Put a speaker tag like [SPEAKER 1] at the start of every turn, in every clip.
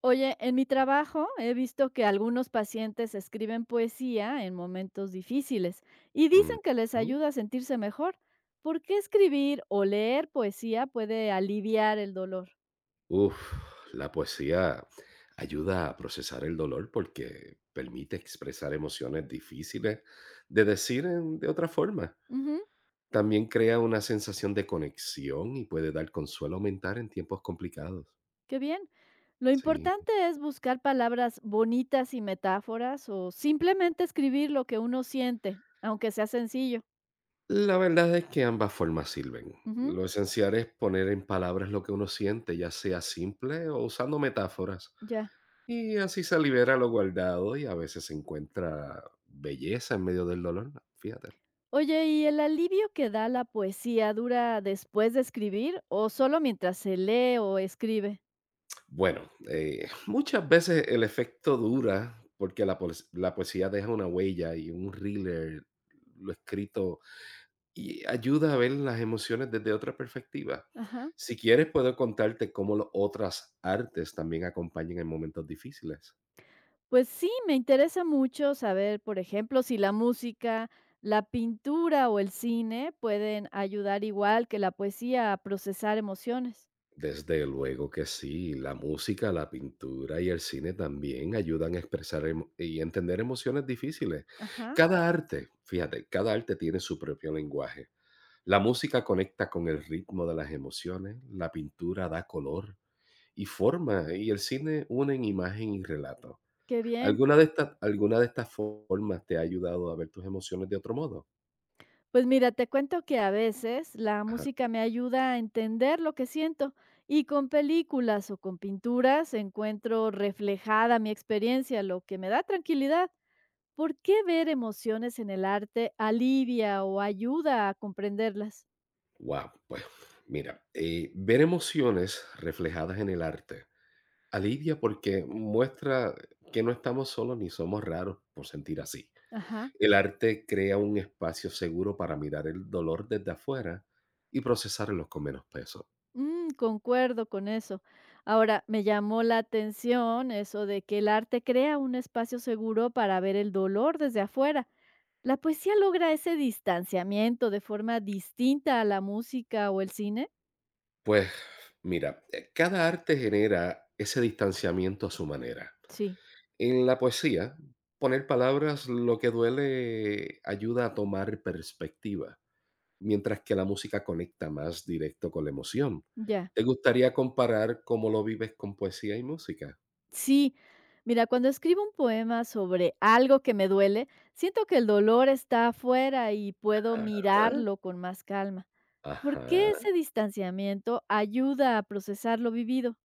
[SPEAKER 1] Oye, en mi trabajo he visto que algunos pacientes escriben poesía en momentos difíciles y dicen que les
[SPEAKER 2] Ujú.
[SPEAKER 1] ayuda a sentirse mejor. ¿Por qué escribir o leer poesía puede aliviar el dolor?
[SPEAKER 2] Uf, la poesía ayuda a procesar el dolor porque permite expresar emociones difíciles de decir de otra forma.
[SPEAKER 1] Ujú,
[SPEAKER 2] También crea una sensación de conexión y puede dar consuelo mental en tiempos complicados.
[SPEAKER 1] qué bien. Lo
[SPEAKER 2] Sí.
[SPEAKER 1] importante es buscar palabras bonitas y metáforas o simplemente escribir lo que uno siente, aunque sea sencillo.
[SPEAKER 2] La verdad es que ambas formas sirven.
[SPEAKER 1] Ujú,
[SPEAKER 2] Lo esencial es poner en palabras lo que uno siente, ya sea simple o usando metáforas.
[SPEAKER 1] ya.
[SPEAKER 2] Y así se libera lo guardado y a veces se encuentra belleza en medio del dolor. Fíjate.
[SPEAKER 1] Oye, ¿y el alivio que da la poesía dura después de escribir o solo mientras se lee o escribe?
[SPEAKER 2] Bueno, muchas veces el efecto dura porque la poesía deja una huella y un thriller, lo escrito, y ayuda a ver las emociones desde otra perspectiva.
[SPEAKER 1] Ajá.
[SPEAKER 2] Si quieres, puedo contarte cómo las otras artes también acompañan en momentos difíciles.
[SPEAKER 1] Pues sí, me interesa mucho saber, por ejemplo, si la música, la pintura o el cine pueden ayudar igual que la poesía a procesar emociones.
[SPEAKER 2] Desde luego que sí, la música, la pintura y el cine también ayudan a expresar y entender emociones difíciles.
[SPEAKER 1] Ajá,
[SPEAKER 2] Cada arte, fíjate, cada arte tiene su propio lenguaje. La música conecta con el ritmo de las emociones, la pintura da color y forma, y el cine une imagen y relato.
[SPEAKER 1] qué bien.
[SPEAKER 2] Alguna de estas formas te ha ayudado a ver tus emociones de otro modo?
[SPEAKER 1] Pues mira, te cuento que a veces la
[SPEAKER 2] Ajá.
[SPEAKER 1] música me ayuda a entender lo que siento y con películas o con pinturas encuentro reflejada mi experiencia, lo que me da tranquilidad. ¿Por qué ver emociones en el arte alivia o ayuda a comprenderlas?
[SPEAKER 2] Wow, pues mira, ver emociones reflejadas en el arte alivia porque muestra que no estamos solos ni somos raros por sentir así.
[SPEAKER 1] Ajá.
[SPEAKER 2] El arte crea un espacio seguro para mirar el dolor desde afuera y procesarlo con menos peso.
[SPEAKER 1] Concuerdo con eso. Ahora, me llamó la atención eso de que el arte crea un espacio seguro para ver el dolor desde afuera. ¿La poesía logra ese distanciamiento de forma distinta a la música o el cine?
[SPEAKER 2] Pues mira, cada arte genera ese distanciamiento a su manera.
[SPEAKER 1] Sí,
[SPEAKER 2] En la poesía, poner palabras lo que duele ayuda a tomar perspectiva, mientras que la música conecta más directo con la emoción.
[SPEAKER 1] ya.
[SPEAKER 2] ¿Te gustaría comparar cómo lo vives con poesía y música?
[SPEAKER 1] Sí. Mira, cuando escribo un poema sobre algo que me duele, siento que el dolor está afuera y puedo
[SPEAKER 2] Ajá,
[SPEAKER 1] mirarlo con más calma. ¿Por qué
[SPEAKER 2] ajá.
[SPEAKER 1] ese distanciamiento ayuda a procesar lo vivido?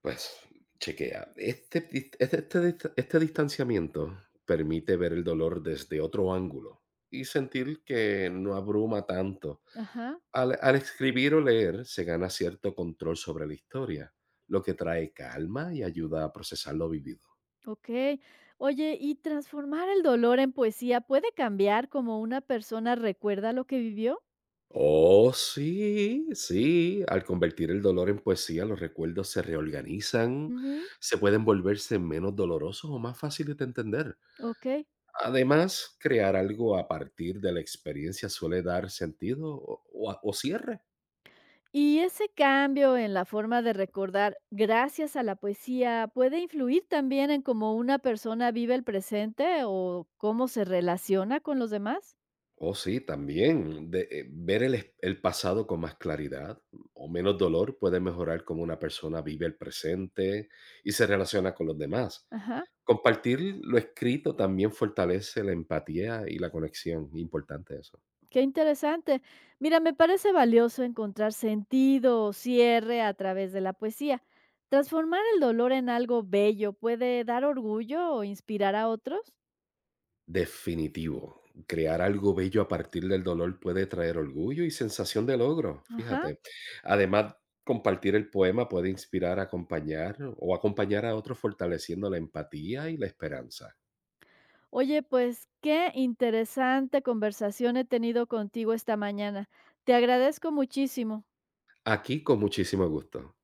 [SPEAKER 2] Pues chequea. Este distanciamiento permite ver el dolor desde otro ángulo y sentir que no abruma tanto.
[SPEAKER 1] Ajá.
[SPEAKER 2] Al escribir o leer se gana cierto control sobre la historia, lo que trae calma y ayuda a procesar lo vivido.
[SPEAKER 1] Okey. Oye, ¿y transformar el dolor en poesía puede cambiar como una persona recuerda lo que vivió?
[SPEAKER 2] Oh, sí, sí. Al convertir el dolor en poesía, los recuerdos se reorganizan,
[SPEAKER 1] Ujú.
[SPEAKER 2] se pueden volverse menos dolorosos o más fáciles de entender.
[SPEAKER 1] Okey.
[SPEAKER 2] Además, crear algo a partir de la experiencia suele dar sentido o cierre.
[SPEAKER 1] ¿Y ese cambio en la forma de recordar gracias a la poesía puede influir también en cómo una persona vive el presente o cómo se relaciona con los demás?
[SPEAKER 2] Oh, sí, también. Ver el pasado con más claridad o menos dolor puede mejorar cómo una persona vive el presente y se relaciona con los demás.
[SPEAKER 1] Ajá.
[SPEAKER 2] Compartir lo escrito también fortalece la empatía y la conexión. Importante eso.
[SPEAKER 1] Qué interesante. Mira, me parece valioso encontrar sentido o cierre a través de la poesía. Transformar el dolor en algo bello puede dar orgullo o inspirar a otros.
[SPEAKER 2] Definitivo. Crear algo bello a partir del dolor puede traer orgullo y sensación de logro,
[SPEAKER 1] Ajá.
[SPEAKER 2] fíjate. Además, compartir el poema puede inspirar, acompañar a otros fortaleciendo la empatía y la esperanza.
[SPEAKER 1] Oye, pues qué interesante conversación he tenido contigo esta mañana. Te agradezco muchísimo.
[SPEAKER 2] Aquí con muchísimo gusto.